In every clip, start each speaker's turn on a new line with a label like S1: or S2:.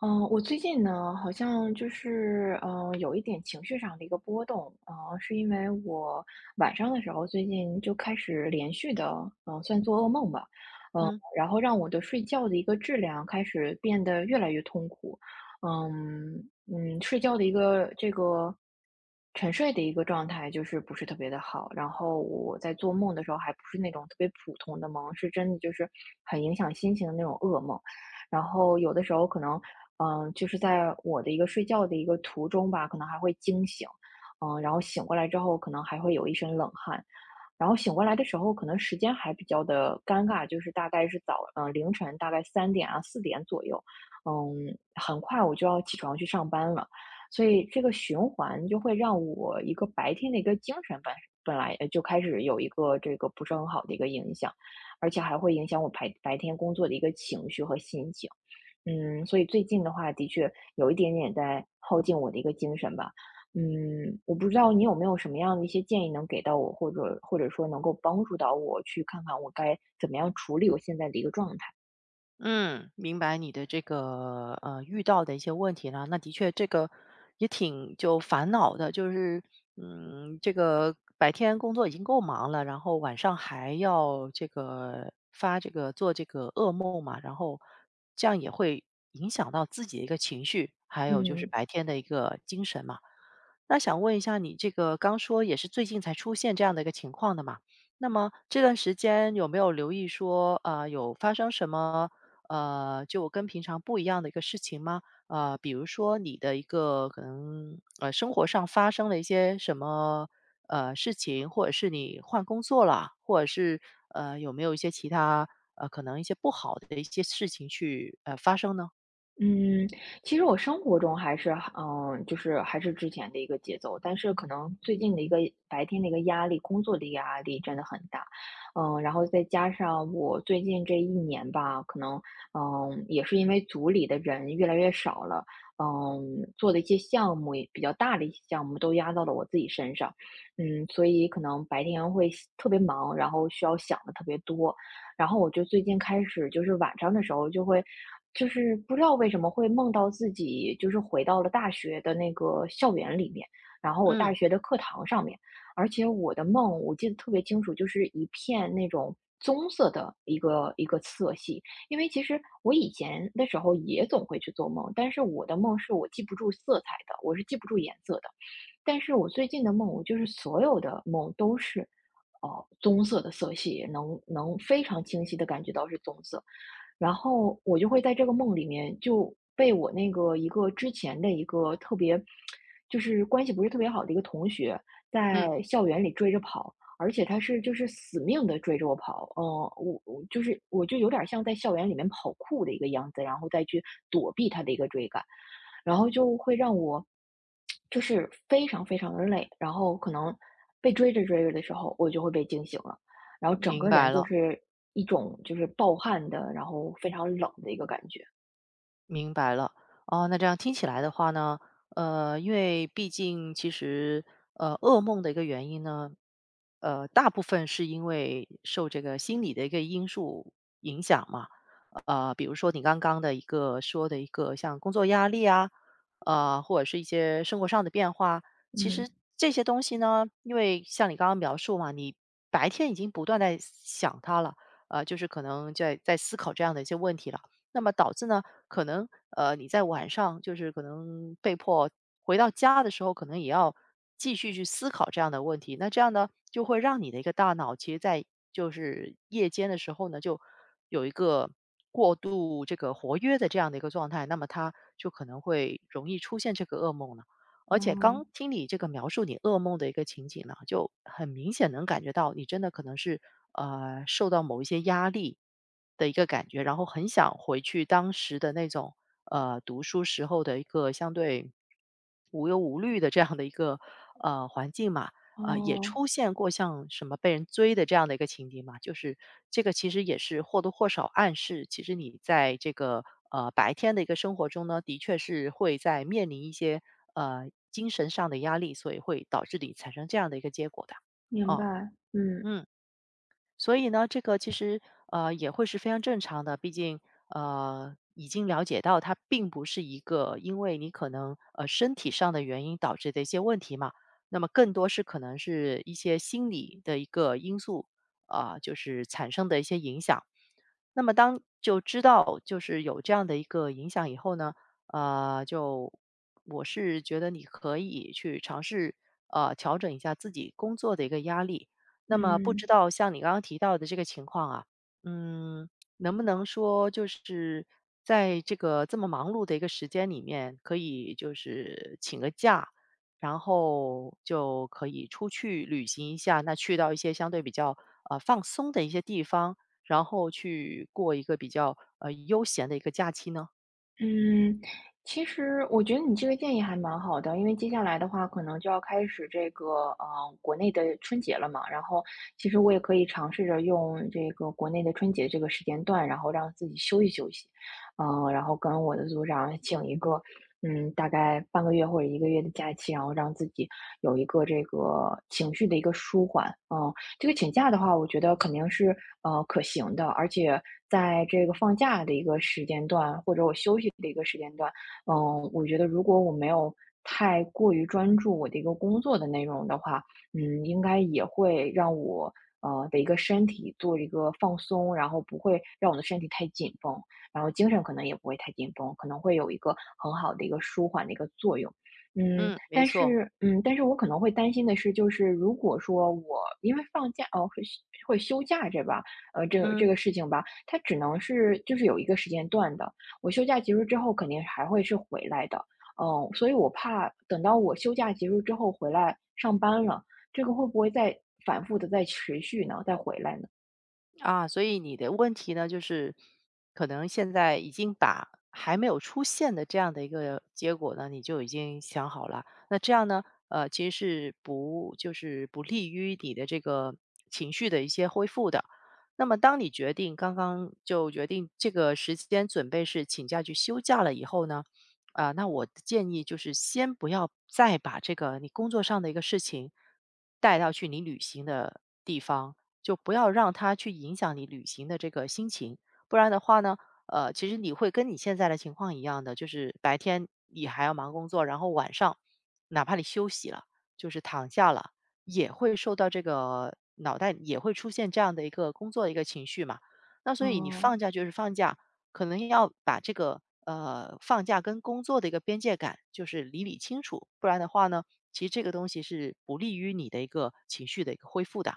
S1: 嗯，我最近呢，好像就是，有一点情绪上的一个波动。嗯，是因为我晚上的时候最近就开始连续的，算做噩梦吧。嗯、
S2: 嗯
S1: 然后让我的睡觉的一个质量开始变得越来越痛苦。睡觉的一个这个沉睡的一个状态就是不是特别的好。然后我在做梦的时候还不是那种特别普通的梦，是真的就是很影响心情的那种噩梦。然后有的时候可能，就是在我的一个睡觉的一个途中吧，可能还会惊醒。然后醒过来之后，可能还会有一身冷汗。然后醒过来的时候，可能时间还比较的尴尬，就是大概是早，凌晨大概3点啊4点左右。很快我就要起床去上班了。所以这个循环就会让我一个白天的一个精神本来就开始有一个这个不是很好的一个影响，而且还会影响我白天工作的一个情绪和心情。所以最近的话，的确有一点点在耗尽我的一个精神吧。我不知道你有没有什么样的一些建议能给到我，或者说能够帮助到我去看看我该怎么样处理我现在的一个状态。
S2: 嗯，明白你的这个遇到的一些问题了。那的确，这个也挺就烦恼的，就是这个白天工作已经够忙了，然后晚上还要这个噩梦嘛，然后这样也会影响到自己的一个情绪，还有就是
S1: 嗯
S2: 白天的一个精神嘛。那想问一下你这个刚说也是最近才出现这样的一个情况的嘛？那么这段时间有没有留意说，有发生什么，就跟平常不一样的一个事情吗？比如说你的一个可能生活上发生了一些什么事情，或者是你换工作了，或者是有没有一些其他可能一些不好的一些事情去发生呢？
S1: 嗯，其实我生活中还是，就是还是之前的一个节奏，但是可能最近的一个白天的一个压力，工作的一个压力真的很大。然后再加上我最近这一年吧，可能，也是因为组里的人越来越少了。做的一些项目也比较大的一些项目都压到了我自己身上。所以可能白天会特别忙，然后需要想的特别多。然后我就最近开始就是晚上的时候就会就是不知道为什么会梦到自己就是回到了大学的那个校园里面，然后我大
S2: 嗯
S1: 学的课堂上面，而且我的梦我记得特别清楚，就是一片那种棕色的一个一个色系。因为其实我以前的时候也总会去做梦，但是我的梦是我记不住色彩的，我是记不住颜色的。但是我最近的梦，我就是所有的梦都是，棕色的色系，能非常清晰的感觉到是棕色。然后我就会在这个梦里面就被我那个一个之前的一个特别就是关系不是特别好的一个同学，
S2: 嗯，
S1: 在校园里追着跑，而且他是就是死命的追着我跑。嗯，我就是我就有点像在校园里面跑酷的一个样子，然后再去躲避他的一个追赶。然后就会让我就是非常非常的累，然后可能被追着追着的时候，我就会被惊醒了，然后整
S2: 明
S1: 个
S2: 白
S1: 人就
S2: 了，
S1: 是一种就是暴汗的，然后非常冷的一个感觉。
S2: 明白了。哦，那这样听起来的话呢，因为毕竟其实噩梦的一个原因呢，大部分是因为受这个心理的一个因素影响嘛。比如说你刚刚的一个说的一个像工作压力啊，或者是一些生活上的变化，其
S1: 嗯
S2: 实这些东西呢，因为像你刚刚描述嘛，你白天已经不断在想它了，就是可能在思考这样的一些问题了。那么导致呢，可能你在晚上就是可能被迫回到家的时候，可能也要继续去思考这样的问题。那这样呢，就会让你的一个大脑，其实在就是夜间的时候呢，就有一个过度这个活跃的这样的一个状态，那么它就可能会容易出现这个噩梦了。而且刚
S1: 嗯，
S2: 听你这个描述你噩梦的一个情景呢，就很明显能感觉到你真的可能是受到某一些压力的一个感觉，然后很想回去当时的那种读书时候的一个相对无忧无虑的这样的一个，环境嘛。
S1: 哦，
S2: 啊，也
S1: 哦，
S2: 出现过像什么被人追的这样的一个情景嘛，就是这个其实也是或多或少暗示，其实你在这个，白天的一个生活中呢，的确是会在面临一些，精神上的压力，所以会导致你产生这样的一个结果的。
S1: 明
S2: 哦，
S1: 白，嗯，
S2: 嗯。所以呢，这个其实也会是非常正常的，毕竟已经了解到它并不是一个因为你可能身体上的原因导致的一些问题嘛，那么更多是可能是一些心理的一个因素啊、就是产生的一些影响。那么当就知道就是有这样的一个影响以后呢，就我是觉得你可以去尝试调整一下自己工作的一个压力。那么不知
S1: 嗯。
S2: 道像你刚刚提到的这个情况啊，嗯，能不能说就是在这个这么忙碌的一个时间里面，可以就是请个假，然后就可以出去旅行一下，那去到一些相对比较放松的一些地方。然后去过一个比较，悠闲的一个假期呢？
S1: 嗯，其实我觉得你这个建议还蛮好的，因为接下来的话，可能就要开始这个呃国内的春节了嘛。然后，其实我也可以尝试着用这个国内的春节这个时间段，然后让自己休息休息。然后跟我的组长请一个嗯大概半个月或者1个月的假期，然后让自己有一个这个情绪的一个舒缓。嗯、这个请假的话，我觉得肯定是可行的。而且在这个放假的一个时间段，或者我休息的一个时间段，我觉得如果我没有太过于专注我的一个工作的内容的话，应该也会让我的一个身体做一个放松，然后不会让我的身体太紧绷，然后精神可能也不会太紧绷，可能会有一个很好的一个舒缓的一个作用。嗯，
S2: 嗯，没
S1: 但
S2: 错，
S1: 是但是我可能会担心的是，就是如果说我因为放假哦，会休假这吧，这个这
S2: 嗯。
S1: 个事情吧，它只能是就是有一个时间段的。我休假结束之后，肯定还会是回来的。所以我怕等到我休假结束之后回来上班了，这个会不会再反复的再持续呢？再回来呢？
S2: 啊，所以你的问题呢，就是可能现在已经把还没有出现的这样的一个结果呢，你就已经想好了。那这样呢，其实是不就是不利于你的这个情绪的一些恢复的。那么，当你决定刚刚就决定这个时间准备是请假去休假了以后呢，啊、那我的建议就是先不要再把这个你工作上的一个事情带到去你旅行的地方。就不要让它去影响你旅行的这个心情。不然的话呢，其实你会跟你现在的情况一样的，就是白天你还要忙工作，然后晚上哪怕你休息了，就是躺下了，也会受到这个脑袋也会出现这样的一个工作的一个情绪嘛。那所以你放
S1: 嗯。
S2: 假就是放假，可能要把这个放假跟工作的一个边界感就是理清楚，不然的话呢，其实这个东西是不利于你的一个情绪的一个恢复的。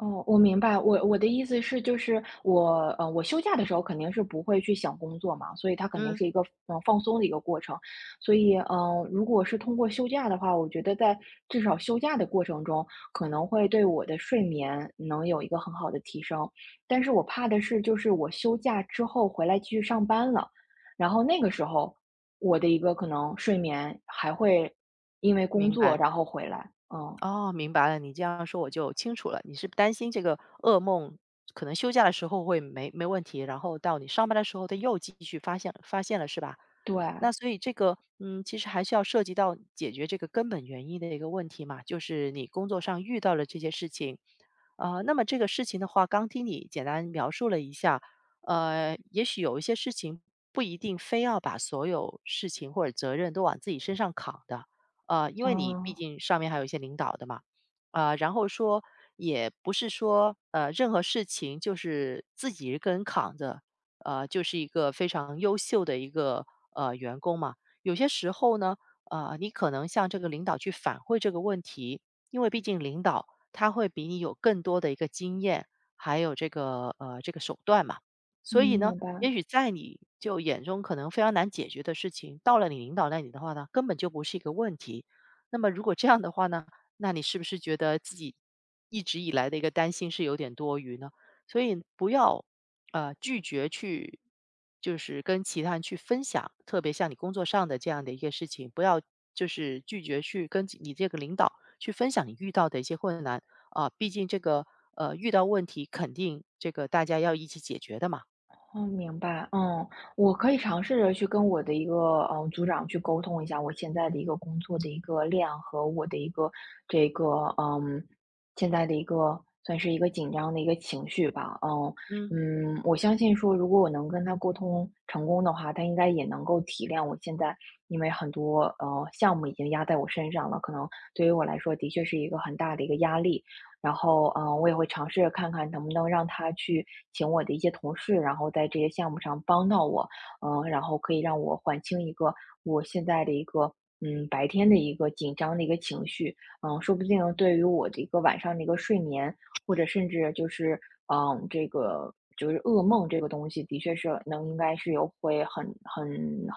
S1: 哦，我明白，我的意思是，就是我，我休假的时候肯定是不会去想工作嘛，所以它肯定
S2: 嗯。
S1: 是一个放松的一个过程。所以，如果是通过休假的话，我觉得在至少休假的过程中，可能会对我的睡眠能有一个很好的提升。但是我怕的是，就是我休假之后回来继续上班了，然后那个时候我的一个可能睡眠还会因为工
S2: 明
S1: 作
S2: 白，
S1: 然后回来。嗯，
S2: 哦，明白了，你这样说我就清楚了。你是担心这个噩梦可能休假的时候会没问题，然后到你上班的时候，他又继续发现了，是吧？
S1: 对，
S2: 那所以这个，嗯，其实还是要涉及到解决这个根本原因的一个问题嘛，就是你工作上遇到了这些事情，啊、那么这个事情的话，刚听你简单描述了一下，也许有一些事情不一定非要把所有事情或者责任都往自己身上扛的，因为你毕
S1: 嗯
S2: 竟上面还有一些领导的嘛，啊、然后说也不是说任何事情就是自己一个人扛着，就是一个非常优秀的一个员工嘛。有些时候呢，你可能向这个领导去反馈这个问题，因为毕竟领导他会比你有更多的一个经验，还有这个这个手段嘛。
S1: 嗯，
S2: 所以呢，
S1: 明白。
S2: 也许在你就眼中可能非常难解决的事情，到了你领导那里的话呢，根本就不是一个问题。那么如果这样的话呢，那你是不是觉得自己一直以来的一个担心是有点多余呢？所以不要拒绝去，就是跟其他人去分享，特别像你工作上的这样的一个事情，不要就是拒绝去跟你这个领导去分享你遇到的一些困难啊、毕竟这个遇到问题肯定这个大家要一起解决的嘛，
S1: 哦，明白。嗯，我可以尝试着去跟我的一个嗯组长去沟通一下我现在的一个工作的一个量和我的一个这个嗯现在的一个算是一个紧张的一个情绪吧。嗯
S2: 嗯。
S1: 嗯，我相信说如果我能跟他沟通成功的话，他应该也能够体谅我现在因为很多项目已经压在我身上了，可能对于我来说的确是一个很大的一个压力。然后，我也会尝试着看看能不能让他去请我的一些同事，然后在这些项目上帮到我。然后可以让我缓清一个我现在的一个，白天的一个紧张的一个情绪。说不定对于我的一个晚上的一个睡眠，或者甚至就是，这个就是噩梦这个东西，的确是能应该是有会很很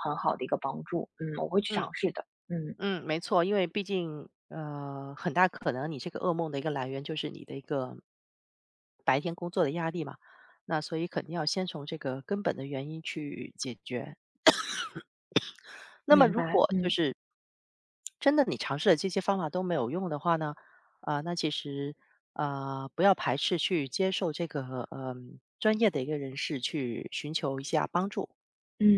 S1: 很好的一个帮助。嗯，我会去
S2: 嗯
S1: 尝试的。嗯，
S2: 没错，因为毕竟很大可能你这个噩梦的一个来源就是你的一个白天工作的压力嘛，那所以肯定要先从这个根本的原因去解决。那么
S1: 明
S2: 如
S1: 白，
S2: 果就
S1: 嗯
S2: 是真的你尝试了这些方法都没有用的话呢，啊、那其实啊、不要排斥去接受这个嗯、专业的一个人士去寻求一下帮助。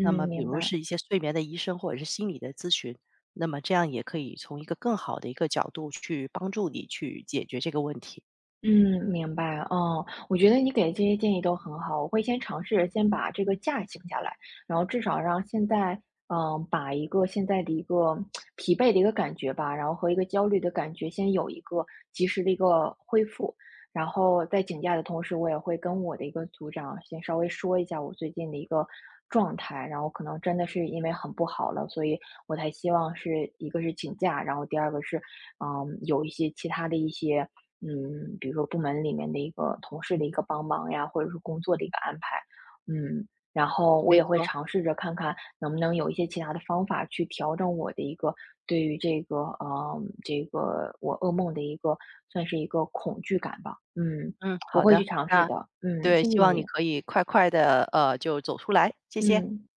S2: 那么比
S1: 明
S2: 如
S1: 白。
S2: 是一些睡眠的医生或者是心理的咨询，那么这样也可以从一个更好的一个角度去帮助你去解决这个问题。
S1: 嗯，明白，哦。我觉得你给的这些建议都很好，我会先尝试着先把这个假请下来，然后至少让现在，把一个现在的一个疲惫的一个感觉吧，然后和一个焦虑的感觉先有一个及时的一个恢复。然后在请假的同时，我也会跟我的一个组长先稍微说一下我最近的一个状态，然后可能真的是因为很不好了，所以我才希望是一个是请假，然后第二个是，有一些其他的一些。比如说部门里面的一个同事的一个帮忙呀，或者是工作的一个安排。嗯，然后我
S2: 没
S1: 也会
S2: 错，
S1: 尝试着看看能不能有一些其他的方法去调整我的一个对于这个，这个我噩梦的一个算是一个恐惧感吧。嗯，
S2: 嗯，
S1: 我
S2: 好
S1: 会
S2: 的，
S1: 去尝试
S2: 那
S1: 的。嗯，
S2: 对，
S1: 谢谢
S2: 希望你
S1: 你，
S2: 可以快快的就走出来，谢谢。
S1: 嗯。